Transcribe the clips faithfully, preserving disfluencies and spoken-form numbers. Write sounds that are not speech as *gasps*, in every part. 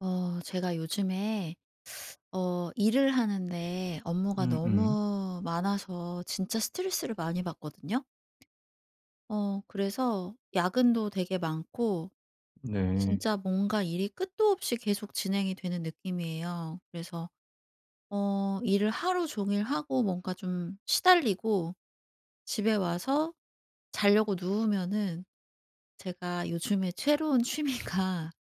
어 제가 요즘에 어 일을 하는데 업무가 음음. 너무 많아서 진짜 스트레스를 많이 받거든요. 어 그래서 야근도 되게 많고 네. 진짜 뭔가 일이 끝도 없이 계속 진행이 되는 느낌이에요. 그래서 어 일을 하루 종일 하고 뭔가 좀 시달리고 집에 와서 자려고 누우면은 제가 요즘에 새로운 취미가 *laughs*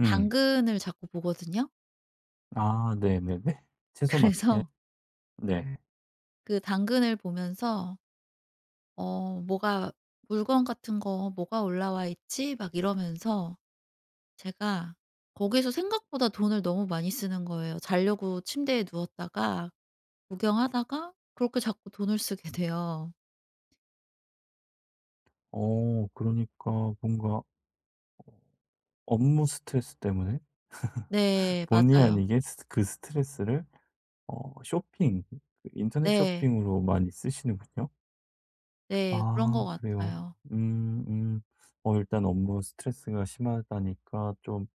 음. 당근을 자꾸 보거든요. 아 네네네. 채소 마켓. 그래서 네. 그 당근을 보면서 어 뭐가 "물건 같은 거 뭐가 올라와 있지?" 막 이러면서 제가 거기서 생각보다 돈을 너무 많이 쓰는 거예요. 자려고 침대에 누웠다가 구경하다가 그렇게 자꾸 돈을 쓰게 *laughs* 돼요. 어 그러니까 뭔가 업무 스트레스 때문에 네, 본의 맞아요. 아니게 스 그 스트레스를 어 쇼핑, 그 인터넷 네. 쇼핑으로 많이 쓰시는군요. 네, 그런 아 것 그래요. 같아요. 음 음. 어 일단 업무 스트레스가 심하다니까 좀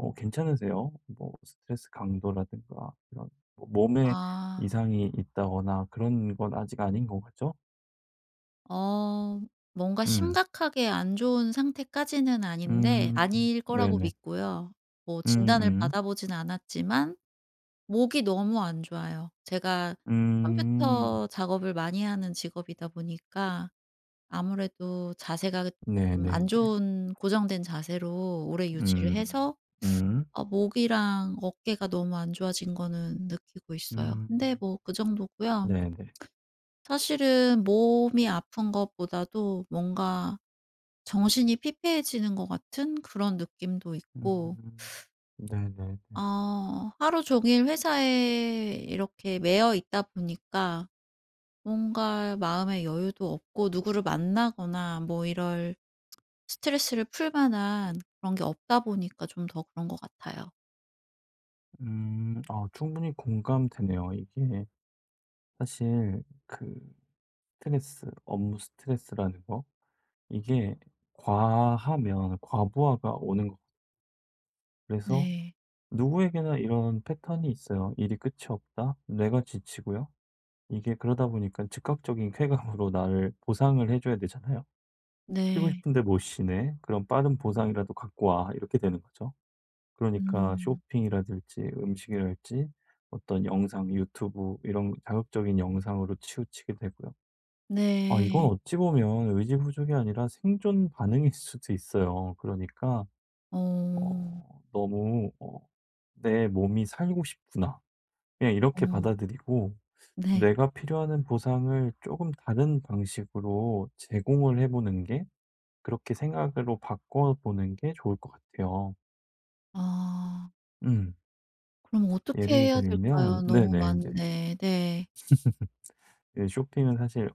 어 괜찮으세요? 뭐 스트레스 강도라든가 이런 뭐 몸에 아. 이상이 있다거나 그런 건 아직 아닌 것 같죠? 어 뭔가 음. 심각하게 안 좋은 상태까지는 아닌데 음. 아닐 거라고 네네. 믿고요. 뭐 진단을 음음. 받아 보진 않았지만 목이 너무 안 좋아요. 제가 음. 음, 컴퓨터 작업을 많이 하는 직업이다 보니까 아무래도 자세가 좀 안 네네네. 좋은 고정된 자세로 오래 유지를 음. 해서 음. 어 목이랑 어깨가 너무 안 좋아진 거는 느끼고 있어요. 근데 음. 뭐 그 정도고요. 네네. 사실은 몸이 아픈 것보다도 뭔가 정신이 피폐해지는 것 같은 그런 느낌도 있고 음. 네네네. 어 하루 종일 회사에 이렇게 매여 있다 보니까 뭔가 마음의 여유도 없고 누구를 만나거나 뭐 이럴 스트레스를 풀 만한 그런 게 없다 보니까 좀 더 그런 것 같아요. 음. 아 충분히 공감되네요. 이게 사실 그 스트레스, 업무 스트레스라는 거 이게 과하면 과부하가 오는 거 그래서 네. 누구에게나 이런 패턴이 있어요. '일이 끝이 없다. 뇌가 지치고요. 이게 그러다 보니까 즉각적인 쾌감으로 *laughs* 나를 보상을 해 줘야 되잖아요. "쉬고 네. 싶은데 못 쉬네. 그럼 빠른 보상이라도 갖고 와." 이렇게 되는 거죠. 그러니까 음. 쇼핑이라든지 음식이랄지 어떤 영상, 유튜브 이런 자극적인 영상으로 치우치게 되고요. 아 이건 네. 어찌 보면 의지부족이 아니라 생존 반응일 수도 있어요. 그러니까 어. 어 너무 어 '내 몸이 살고 싶구나.' 그냥 어. 이렇게 받아들이고 네. 내가 필요하는 보상을 조금 다른 방식으로 제공을 해 보는 게 그렇게 생각으로 바꿔 보는 게 좋을 것 같아요. 아. 음. 그럼 어떻게 예를 해야 될까요? 들면 너무 네네. 이제 많은데. 네. 이 쇼핑은 사실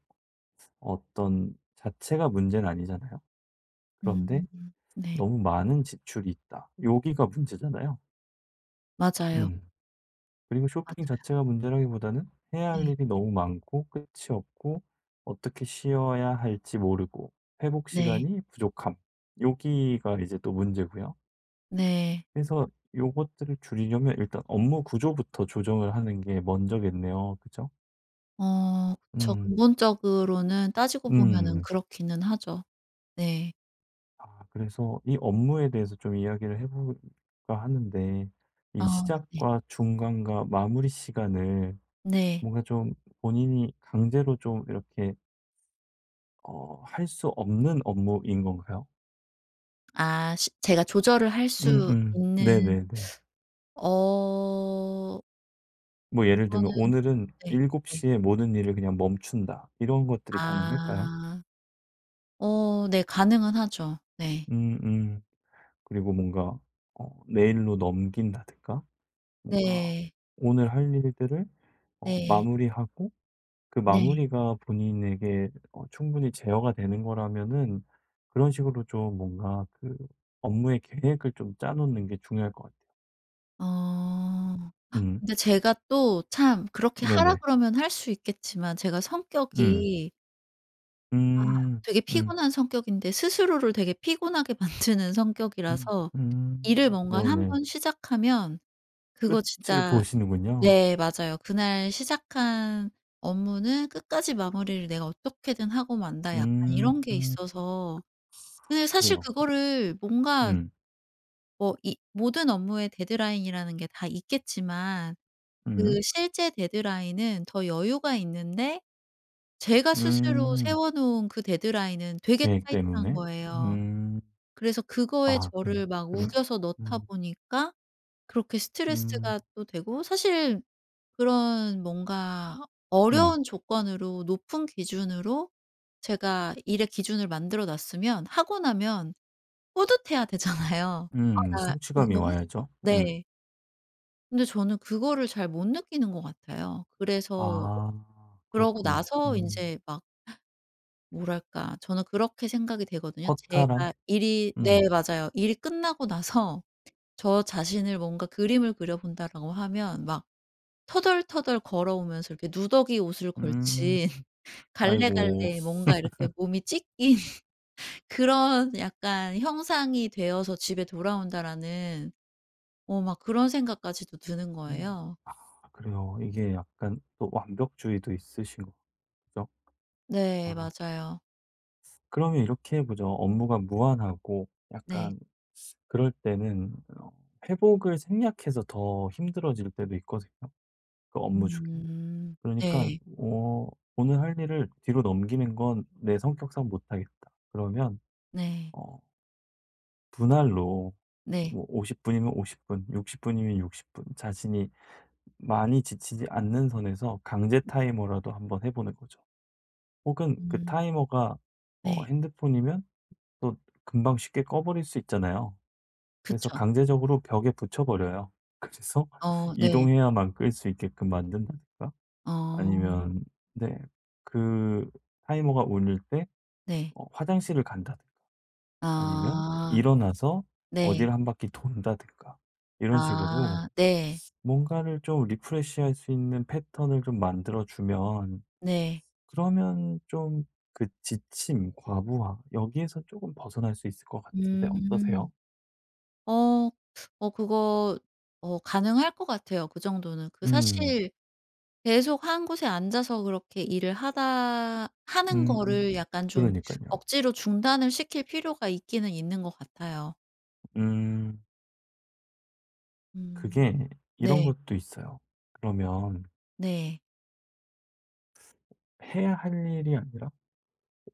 어떤 자체가 문제는 아니잖아요. 그런데 음. 네. '너무 많은 지출이 있다.' 여기가 문제잖아요. 맞아요, 음. 그리고 쇼핑 맞아요. 자체가 문제라기보다는 해야 할 네. 일이 너무 많고 끝이 없고 어떻게 쉬어야 할지 모르고 회복 네. 시간이 부족함. 여기가 이제 또 문제고요. 네. 그래서 요것들을 줄이려면 일단 업무 구조부터 조정을 하는 게 먼저겠네요. 그죠? 어, 그쵸. 음. 근본적으로는 따지고 보면은 음. 그렇기는 하죠. 네. 아 그래서 이 업무에 대해서 좀 이야기를 해 볼까 하는데 이 아, 네. 시작과 중간과 마무리 시간을 네. 뭔가 좀 본인이 강제로 좀 이렇게 어 할 수 없는 업무인 건가요? 아 시 제가 조절을 할 수 음음. 있는. 네네네. 어 뭐 예를 그거는. 들면 오늘은 네, 7곱 네. 시에 모든 일을 그냥 멈춘다. 이런 것들이 가능할까요? 아. 어, 네, 가능은 하죠. 네. 음음. 그리고 뭔가 어 내일로 넘긴다든가 뭔가 네. 오늘 할 일들을 어 네. 마무리하고 그 네. 마무리가 본인에게 어 충분히 제어가 되는 거라면은 그런 식으로 좀 뭔가 그 업무의 계획을 좀 짜 놓는 게 중요할 것 같아요. 어. 음. 근데 제가 또 참 그렇게 하라 네네. 그러면 할 수 있겠지만 제가 음. 성격이 음. 되게 음. 피곤한 성격인데 스스로를 되게 피곤하게 *laughs* 만드는 성격이라서 음. 일을 뭔가 한 네네. 번 시작하면 그거 끝을 진짜. 보시는군요. 네, 맞아요. 그날 시작한 업무는 끝까지 마무리를 내가 어떻게든 하고 만다 약간 이런 게 음. 있어서. 근데 사실 그래요. 그거를 뭔가, 음. 뭐 이 모든 업무에 데드라인이라는 게 다 있겠지만 그 음. 실제 데드라인은 더 여유가 있는데 제가 스스로 음. 세워 놓은 그 데드라인은 되게 계획 타이트한 때문에. 거예요. 음. 그래서 그거에 아 그 저를 막 그래요. 우겨서 넣다 음. 보니까 그렇게 음. 스트레스가 또 되고, 사실 그런 뭔가 음. 어려운 조건으로 높은 기준으로 제가 일의 기준을 만들어 놨으면, 하고 나면 뿌듯해야 되잖아요. '아 음. 나 성취감이 이거 했어.' 와야죠. 음. 네. 근데 저는 그거를 잘 못 느끼는 것 같아요. 그래서 아 그러고 그렇군요. 나서 음. 인제 막 뭐랄까 저는 그렇게 생각이 되거든요. 허탈함? 제가 일이, 네 음. 맞아요, 일이 끝나고 나서 저 자신을 뭔가 그림을 그려 본다라고 하면 막 터덜터덜 걸어오면서 이렇게 누더기 옷을 음. 걸치, 아이고. 갈래갈래 뭔가 이렇게 몸이 찢긴 *laughs* 그런 약간 형상이 되어서 집에 돌아온다라는 어 막 그런 생각까지도 드는 음, 거예요. 아 그래요. 이게 약간 또 완벽주의도 있으신 거죠? 네, 아. 맞아요. 그러면 이렇게 해 보죠. 업무가 무한하고 네. 약간 그럴 때는 어 회복을 생략해서 더 힘들어질 때도 있거든요, 그 업무 중에. 음. 그러니까 네. 어 '오늘 할 일을 뒤로 넘기는 건 내 성격상 못하겠다.' 그러면 네. 어 분할로 네. 뭐 오십 분이면 오십 분, 육십 분이면 육십 분 자신이 많이 지치지 않는 선에서 강제 타이머라도 한번 해 보는 거죠. 혹은 그 음, 타이머가 어 네. 핸드폰이면 또 금방 쉽게 꺼버릴 수 있잖아요. 그래서 그쵸. 강제적으로 벽에 붙여버려요. 그래서 어, *laughs* 네. 이동해야만 끌 수 있게끔 만든다든가 어, 아니면 네. 그 타이머가 울릴 때 네. 어 화장실을 간다든가 아니면 아, 일어나서 네. 어디를 한 바퀴 돈다든가 이런 식으로 아, 네. 뭔가를 좀 리프레시할 수 있는 패턴을 좀 만들어 주면 네. 그러면 좀 그 지침, 과부하 여기에서 조금 벗어날 수 있을 것 같은데 음. 어떠세요? 어 어 그거 어 가능할 것 같아요, 그 정도는. 그 음. 사실 계속 한 곳에 앉아서 그렇게 일을 하다 하는 음. 거를 약간 좀 그러니깐요. 억지로 중단을 시킬 필요가 있기는 있는 것 같아요. 음. 음. 그게 이런 네. 것도 있어요. 그러면 네. 해야 할 일이 아니라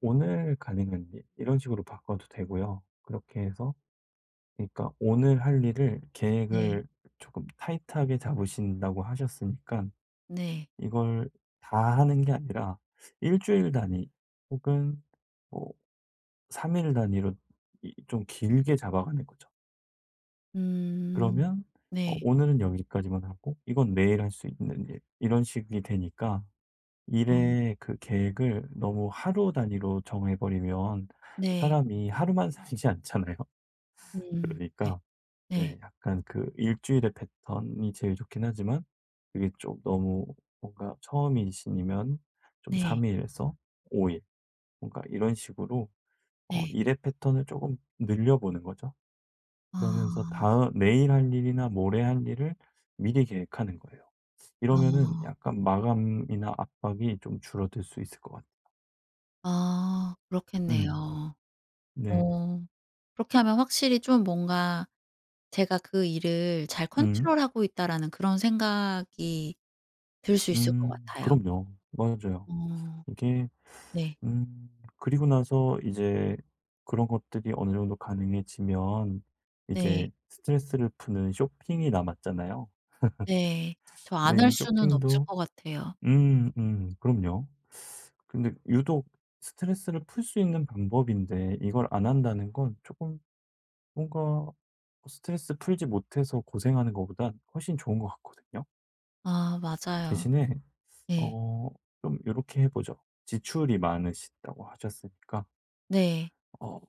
오늘 가능한 일 이런 식으로 바꿔도 되고요. 그렇게 해서 그러니까 오늘 할 일을 네. 계획을 조금 타이트하게 잡으신다고 하셨으니까 네. 이걸 다 하는 게 아니라 일 주일 단위 혹은 뭐 삼 일 단위로 이 좀 길게 잡아가는 거죠. 음. 그러면 어 네. 오늘은 여기까지만 하고 이건 내일 할 수 있는 일 이런 식이 되니까 어, 일의 그 계획을 너무 하루 단위로 정해 버리면 네. 사람이 하루만 *laughs* 살지 않잖아요. 음. 네. 그러니까 네. 네 약간 그 일주일의 패턴이 제일 좋긴 하지만 그게 좀 너무 뭔가 처음이시면 좀 네. 삼 일에서 오 일 뭔가 이런 식으로 어 네. 일의 패턴을 조금 늘려 보는 거죠. 그러면서 아. 다음 내일 할 일이나 모레 할 일을 미리 계획하는 거예요. 이러면은 어. 약간 마감이나 압박이 좀 줄어들 수 있을 것 같아요. 아, 음. 그렇겠네요. 네네. 어, 그렇게 하면 확실히 좀 뭔가 제가 그 일을 잘 음. 컨트롤하고 있다라는 그런 생각이 들 수 있을 것 음. 같아요. 그럼요. 맞아요. 어, 이게 네. 음 그리고 나서 이제 그런 것들이 어느 정도 가능해지면 네. 이제 스트레스를 푸는 쇼핑이 남았잖아요. 네. 저 안 근데 할 이 수는 없을 쇼핑도 것 같아요. 음 음. 그럼요. 근데 유독 스트레스를 풀 수 있는 방법인데 이걸 안 한다는 건 조금 뭔가 스트레스 풀지 못해서 고생하는 것보단 훨씬 좋은 것 같거든요. 아, 맞아요. 대신에 네. 어 좀 이렇게 해 보죠. 지출이 많으시다고 하셨으니까 네. 어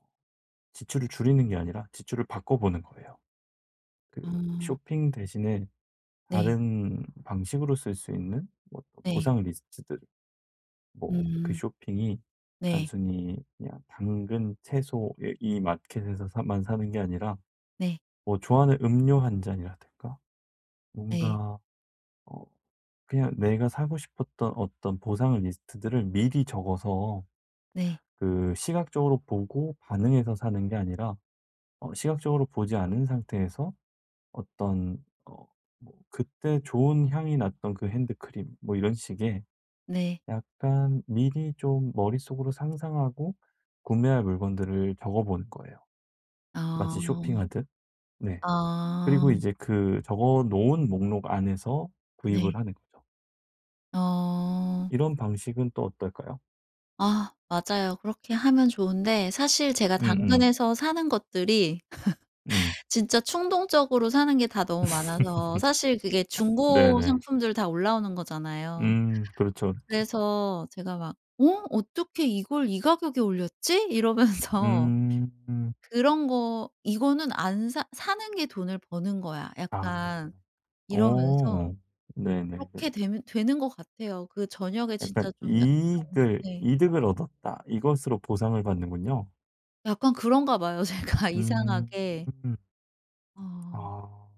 지출을 줄이는 게 아니라 지출을 바꿔 보는 거예요. 그 어, 쇼핑 대신에 네. 다른 방식으로 쓸 수 있는 뭐 어떤 네. 보상 리스트들 뭐 그 음, 쇼핑이 네. 단순히 그냥 당근, 채소 이 이 마켓에서 사 만 사는 게 아니라 네. 뭐 좋아하는 음료 한 잔이라든가 네. 뭔가 어 그냥 내가 사고 싶었던 어떤 보상 리스트들을 미리 적어서 네. 그 시각적으로 보고 반응해서 사는 게 아니라 어 시각적으로 보지 않은 상태에서 어떤 어 뭐 그때 좋은 향이 났던 그 핸드크림 뭐 이런 식의 네. 약간 미리 좀 머릿속으로 상상하고 구매할 물건들을 적어보는 거예요. 마치 어. 쇼핑하듯. 네. 아, 그리고 이제 그 적어 놓은 목록 안에서 구입을 네. 하는 거죠. 어. 이런 방식은 또 어떨까요? 아, 맞아요. 그렇게 하면 좋은데 사실 제가 음음. 당근에서 사는 것들이 음. 음. 진짜 충동적으로 사는 게 다 너무 많아서, *laughs* 사실 그게 중고 네네. 상품들 다 올라오는 거잖아요. 음. 그렇죠, 그렇죠. 그래서 제가 막 '어 어떻게 이걸 이 가격에 올렸지?' 이러면서 음. *laughs* 그런 거 '이거는 안 사 사는 게 돈을 버는 거야.' 아. 약간 이러면서 오, 네네네. 그렇게 되면 되는 것 같아요. 그 저녁에 진짜 약간 좀 약간. 감 이익을 네. 이득을 얻었다. 이것으로 보상을 받는군요. 약간 그런가 봐요 *laughs* 제가 음. 이상하게. 어 아.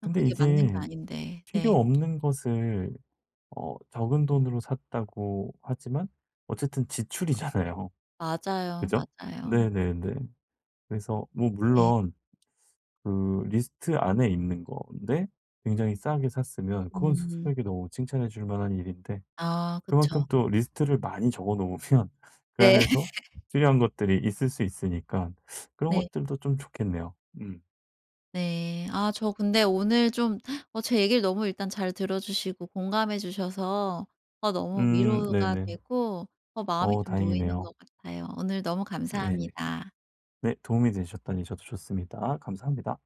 그냥 근데 그게 맞는 게 이게 아닌데. 필요 네. 없는 것을 어 적은 돈으로 샀다고 하지만 어쨌든 지출이잖아요. *laughs* 맞아요, 그죠? 맞아요. 네네네. 그래서 뭐 네. 물론 그 리스트 안에 있는 건데 굉장히 싸게 샀으면 그건 음. 스스로에게 너무 칭찬해 줄 만한 일인데 아, 그만큼 그쵸. 또 리스트를 많이 적어 놓으면 *laughs* 그 네. 안에서 *laughs* 필요한 것들이 있을 수 있으니까 그런 네. 것들도 좀 좋겠네요. 음. 네. 아 저 근데 오늘 좀 *gasps* 어 제 얘기를 너무 일단 잘 들어 주시고 공감해 주셔서 어 너무 음 위로가 네네. 되고 어 마음이 어 좀 놓이는 다행이네요. 것 같아요. 오늘 너무 네네. 감사합니다. 네. 도움이 되셨다니 저도 좋습니다. 감사합니다.